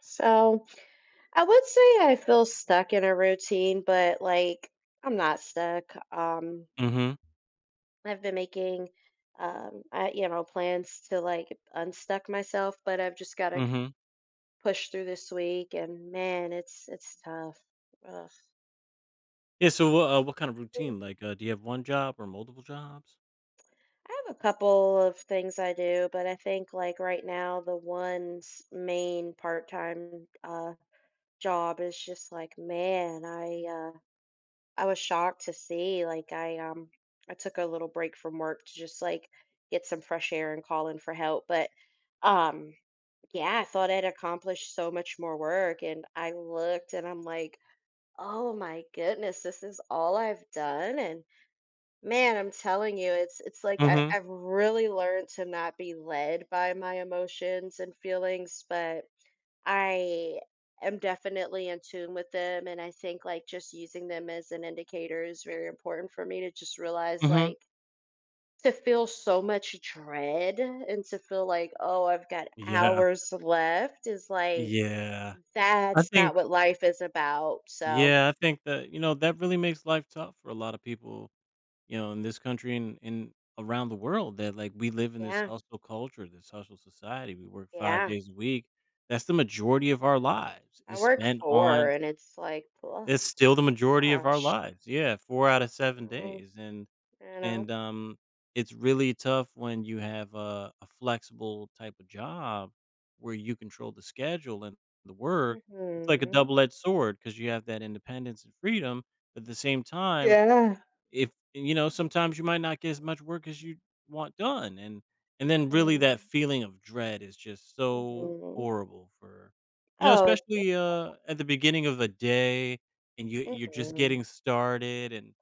So I would say I feel stuck in a routine, but like I'm not stuck. Um, Mhm, I've been making, I, you know, plans to like unstuck myself, but I've just got to mhm. push through this week. And man, it's tough. Ugh. Yeah, so what kind of routine? Like, do you have 1 job or multiple jobs? I have a couple of things I do, but I think like right now the one's main part-time job is just like man, I, I was shocked to see, like, I, I took a little break from work to just like get some fresh air and call in for help. But, um, yeah, I thought I'd accomplished so much more work. And I looked and I'm like, oh my goodness, this is all I've done. And man, I'm telling you, it's like Mhm, I've really learned to not be led by my emotions and feelings, but I am definitely in tune with them, and I think, like, just using them as an indicator is very important for me to just realize, mhm. like to feel so much dread and to feel like, "Oh, I've got Yeah, hours left," is like, yeah. I that's not think what life is about, so yeah, I think that, you know, that really makes life tough for a lot of people, you know, in this country and around the world that, like, we live in this yeah, hustle culture, this hustle society. We work 5 yeah. days a week. That's the majority of our lives I is work spent 4 on. and it's like, oh It's still the majority of our gosh, lives. Yeah, 4 out of you 7 know, days. and you know? And it's really tough when you have a flexible type of job where you control the schedule and the work. It's like a Mhm. double edged sword because you have that independence and freedom. But at the same time, Yeah. if you know, sometimes you might not get as much work as you want done. And then really that Mm, feeling of dread is just so mhm. horrible for, you know, Oh, it especially at the beginning of a day and you're just mhm. getting started and,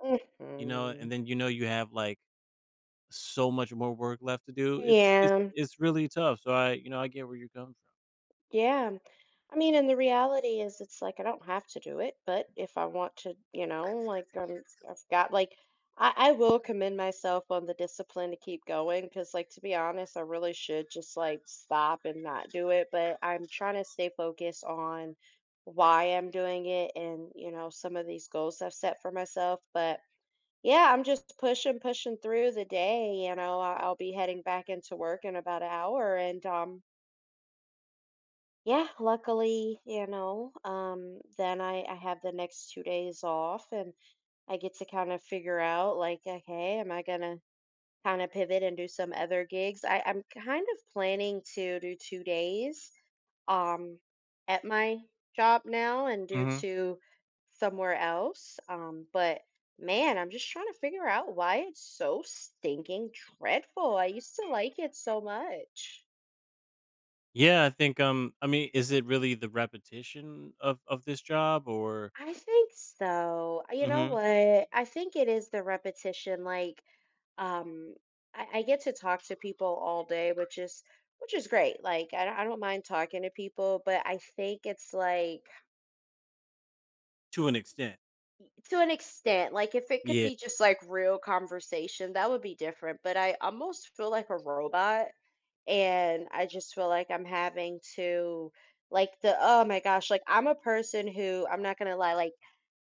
you know, Mhm. and then you know you have like so much more work left to do. It's it's Yeah, it's really tough. So I, you know, I get where you're coming yeah. I mean, and the reality is, it's like I don't have to do it, but if I want to, you know, like I've got like I will commend myself on the discipline to keep going because, like, to be honest, I really should just like stop and not do it. But I'm trying to stay focused on why I'm doing it and, you know, some of these goals I've set for myself. But yeah, I'm just pushing through the day. You know, I'll be heading back into work in about an hour. And yeah, luckily, you know, then I have the next 2 days off and I get to kind of figure out like, okay, am I gonna kinda pivot and do some other gigs. I'm kind of planning to do 2 days, um, at my job now and from. do Mhm. 2 somewhere else, but man, I'm just trying to figure out why it's so stinking dreadful. I used to like it so much. Yeah, I think I mean, is it really the repetition of this job or. I think so. You know Mhm. what? I think it is the repetition, like um I get to talk to people all day which is great like I don't mind talking to people but I think it's like To an extent. to an extent like if it could Yeah. be just like real conversation that would be different but I almost feel like a robot and I just feel like I'm having to like the oh my gosh, like I'm a person who I'm not gonna lie, like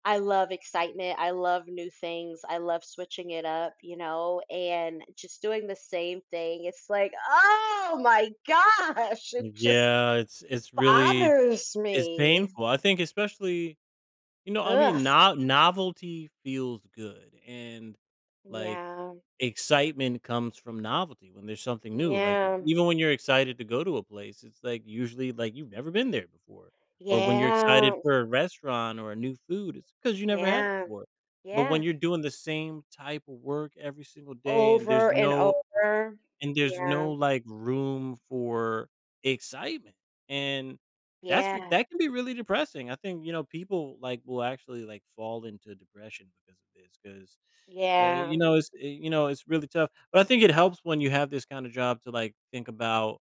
I love excitement, I love new things, I love switching it up, you know, and just doing the same thing. It's like, oh my gosh, it just Yeah, bothers it's me. painful. I think especially, you know, I Ugh. mean, no novelty feels good, and, like, Yeah. excitement comes from novelty when there's something new, like, Yeah. even when you're excited to go to a place, it's, like, usually, like, you've never been there before, or when you're Yeah. excited for a restaurant or a new food, it's because you never had it Yeah. before, but when Yeah. you're doing the same type of work every single day and there's Over and no, over. and there's Yeah. no, like, room for excitement, and Yeah. that can be really depressing. I think, you know, people, like, will actually, like, fall into depression because of this 'cause, Yeah. you know, you know, it's really tough, but I think it helps when you have this kinda job to, like, think about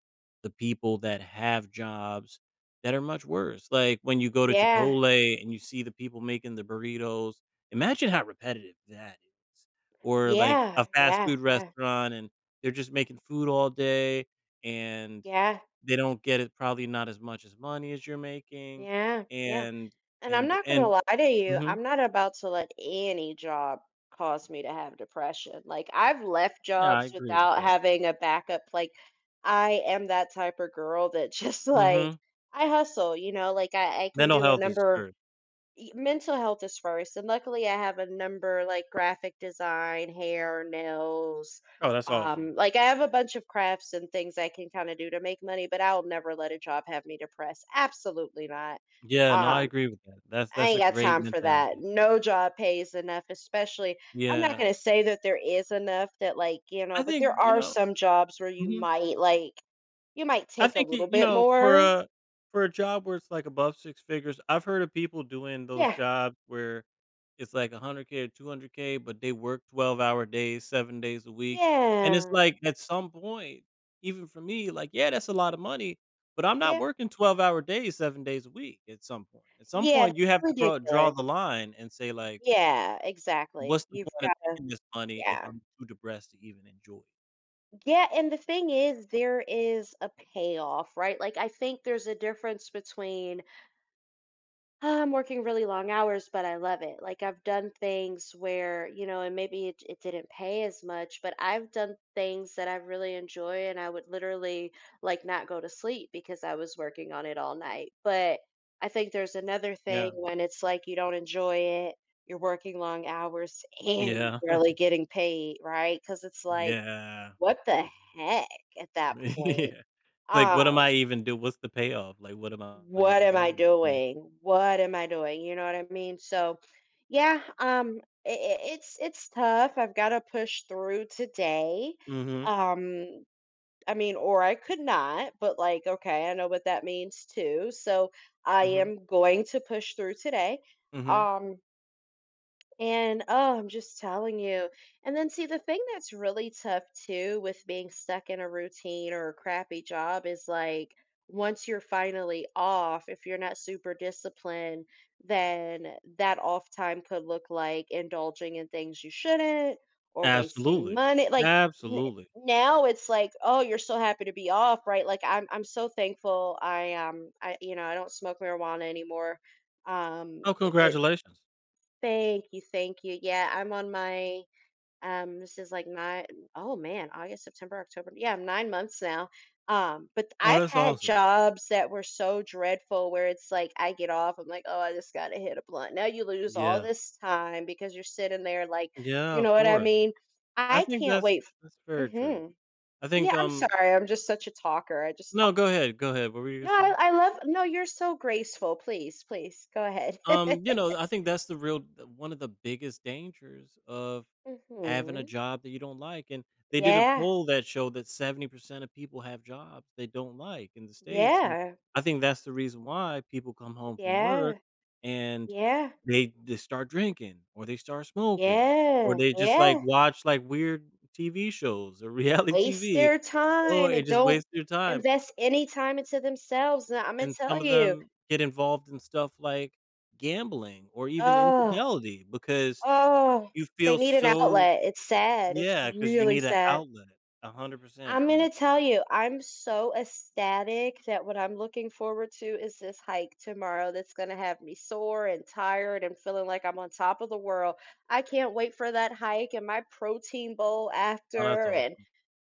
the people that have jobs that are much worse. Like when you go to Yeah, Chipotle and you see the people making the burritos, imagine how repetitive that is. Or like yeah, a fast yeah, food yeah, restaurant and they're just making food all day and yeah, they don't get it, probably not as much as money as you're making. yeah, yeah. and And I'm and not gonna and lie to you, mhm, I'm not about to let any job cause me to have depression. Like I've left yeah, I jobs agree with without that. having a backup. Like I am that type of girl that just like Mhm. I hustle, you know, like I can Mental do a health is number. first. Y mental health is first, and luckily I have a number like graphic design, hair, nails, Oh, that's awesome. Like, I have a bunch of crafts and things I can kinda do to make money, but I'll never let a job have me depressed, absolutely not. Yeah, no, I Um, agree with that. That's I that's ain't a got great time for that. mentality. No job pays enough, especially I'm not Yeah. gonna say that there is enough that, like, you know, I but think, there you are know. some jobs where you Mhm. might, like you might I take a think little y You bit know, for more. a for a job where it's, like, above 6 figures, I've heard of people doing those Yeah, jobs where it's, like, 100K or 200K, but they work 12-hour days, 7 days a week, and it's, yeah, like, at some point, even for me, like, yeah, that's a lot of money, but I'm not yeah, working 12-hour days, 7 days a week at some point. At some yeah, point, you that's have to grow draw ridiculous. the line and say, like, Yeah, exactly. "What's the You've point of got making this money if yeah. I'm too depressed to even enjoy it?" Yeah, and the thing is there is a payoff, right? Like I think there's a difference between I'm working really long hours, but I love it. Like I've done things where, you know, and maybe it didn't pay as much, but I've done things that I really enjoy and I would literally like not go to sleep because I was working on it all night. But I think there's another thing Yeah. when it's like you don't enjoy it, you're working long hours and you're Yeah. barely getting paid, right? Because it's like, Yeah. what the heck at that point? Yeah. Like, Um, what's the payoff? Like, what am I what even am I doing this for? doing? What am I doing? You know what I mean? So, yeah, it's tough. I've got to push through today. Mhm, Um, I mean, or I could not, but like, okay, I know what that means too. So I mhm, am going to push through today. mhm. Um, and oh, I'm just telling you. And then, see, the thing that's really tough too with being stuck in a routine or a crappy job is like once you're finally off, if you're not super disciplined, then that off time could look like indulging in things you shouldn't or wasting Absolutely. money. Like n- Absolutely. now it's like, oh, you're so happy to be off, right? Like I'm so thankful I you know, I don't smoke marijuana anymore. Oh, It. congratulations. Thank you, thank you. Yeah, I'm on my this is like nine oh man, August, September, October. Yeah, I'm 9 months now. But Oh, I've that's had awesome. jobs that were so dreadful where it's like I get off, I'm like, oh, I just gotta hit a blunt. Now you lose all Yeah. this time because you're sitting there like, Yeah, you of know what I course. mean? I I think can't wait. that's very true. Mm-hmm. I think, Yeah, I'm sorry. I'm just such a talker. I just no, talk go to ahead, go ahead. What were you gonna no, say? I love no, you're so graceful. Please, please go ahead. You know, I think that's the real one of the biggest dangers of having a Hmm. job that you don't like. And they did a Yeah. poll that showed that 70% of people have jobs they don't like in the States. And Yeah, I think that's the reason why people come home from yeah, work and yeah, they start drinking or they start smoking or yeah, they just like yeah. watch like weird TV shows or reality Waste TV, their or time it and just don't wastes their time. invest any time into themselves. I'm gonna And tell some of you, them get involved in stuff like gambling or even oh, infidelity because oh, you they feel need an so, outlet. It's sad. It's yeah, because you really need an sad. outlet, 100%, I'm and gonna tell you, I'm so ecstatic that what I'm looking forward to is this hike tomorrow that's gonna have me sore and tired and feeling like I'm on top of the world. I can't wait for that hike and my protein bowl oh, that's after and awesome.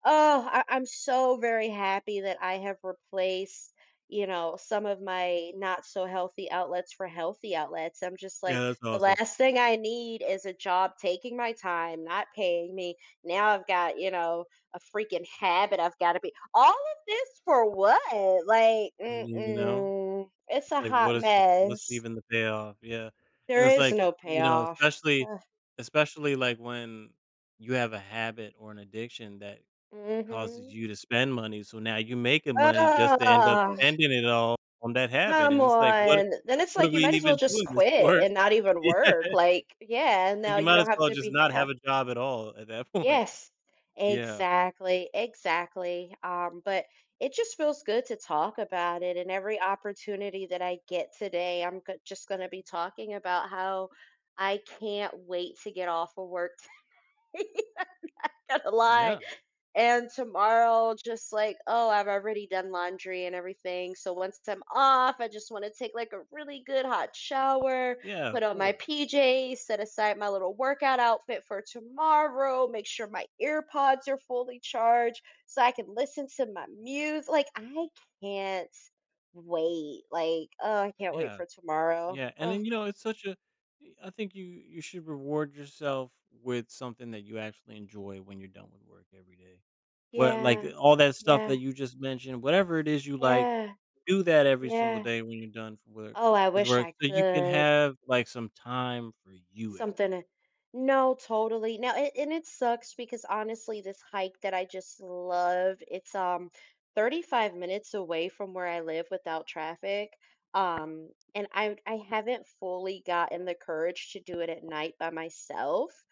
oh, I'm so very happy that I have replaced, you know, some of my not so healthy outlets for healthy outlets. I'm just like, Yeah, that's the awesome. last thing I need is a job taking my time, not paying me. Now I've got, you know, a freaking habit I've got to be. All of this for what? Like, You know? mm-mm, it's a Like, hot what's mess. even the payoff? Yeah, and There it's is like, no you know, payoff. Especially, like, when you have a habit or an addiction that Mm-hmm. causes you to spend money, so now you're making money just to end up spending it all on that habit, Come and it's like, what. on. Then it's What like are you we might as well even just doing this quit for? and not even Yeah, work. Like, yeah, like, no, you you might as don't have well to just be. not Yeah. have a job at all at that point. Yes. Yeah. Exactly. Exactly. But it just feels good to talk about it. And every opportunity that I get today, just going to be talking about how I can't wait to get off of work. Gotta lie. Yeah. And tomorrow, just like, oh, I've already done laundry and everything. So once I'm off, I just want to take like a really good hot shower, Yeah, of put on my course. PJs, set aside my little workout outfit for tomorrow, make sure my earpods are fully charged so I can listen to my music. Like, I can't wait. Like, oh, I can't wait Yeah. for tomorrow. Yeah, and Oh, then, you know, it's such a y I think you should reward yourself with something that you actually enjoy when you're done with work every day. What like, yeah, all that stuff yeah, that you just mentioned, whatever it is you like, yeah, do that every single yeah. day when you're done for work Oh, I with wish work, I so you can could. have, like, some time for you every. Something no, totally. Now it and it sucks because honestly this hike that I just love, it's 35 minutes away from where I live without traffic. Um and I haven't fully gotten the courage to do it at night by myself.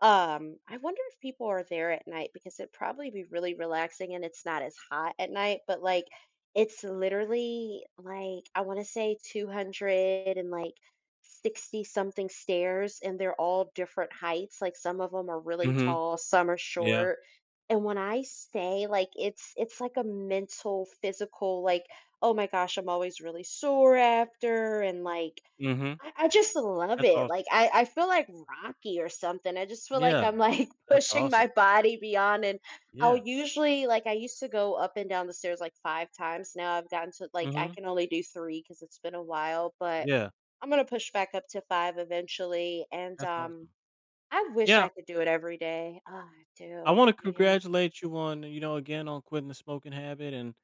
I wonder if people are there at night because it'd probably be really relaxing and it's not as hot at night, but like it's literally like I want to say 200 and like 60 something stairs and they're all different heights. Like some of them are really Mhm. tall, some are Yeah. short. And when I say like it's like a mental, physical, like, oh my gosh, I'm always really sore after and like Mhm. I just love That's it. awesome. Like I feel like Rocky or something. I just feel like I'm Yeah. like That's pushing my awesome. body beyond and I'll Yeah. usually like I used to go up and down the stairs like 5 times. Now I've gotten to like I Mhm. can only do 3 because it's been a while, but Yeah. I'm gonna push back up to 5 eventually, and, That's awesome. I wish Yeah. I could do it every day. Ah, I I do, wanna yeah. congratulate you on, you know, again, on quitting the smoking habit and,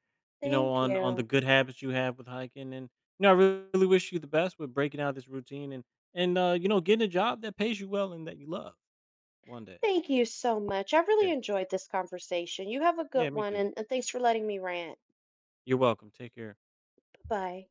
you know, Thank on the you. good habits you have with hiking and, you know, I really wish you the best with breaking out this routine and you know, getting a job that pays you well and that you love one day. Thank you so much. I Yeah. really enjoyed this conversation. You have a Yeah, good me one, too. And thanks for letting me rant. You're welcome. Take care. Bye-bye.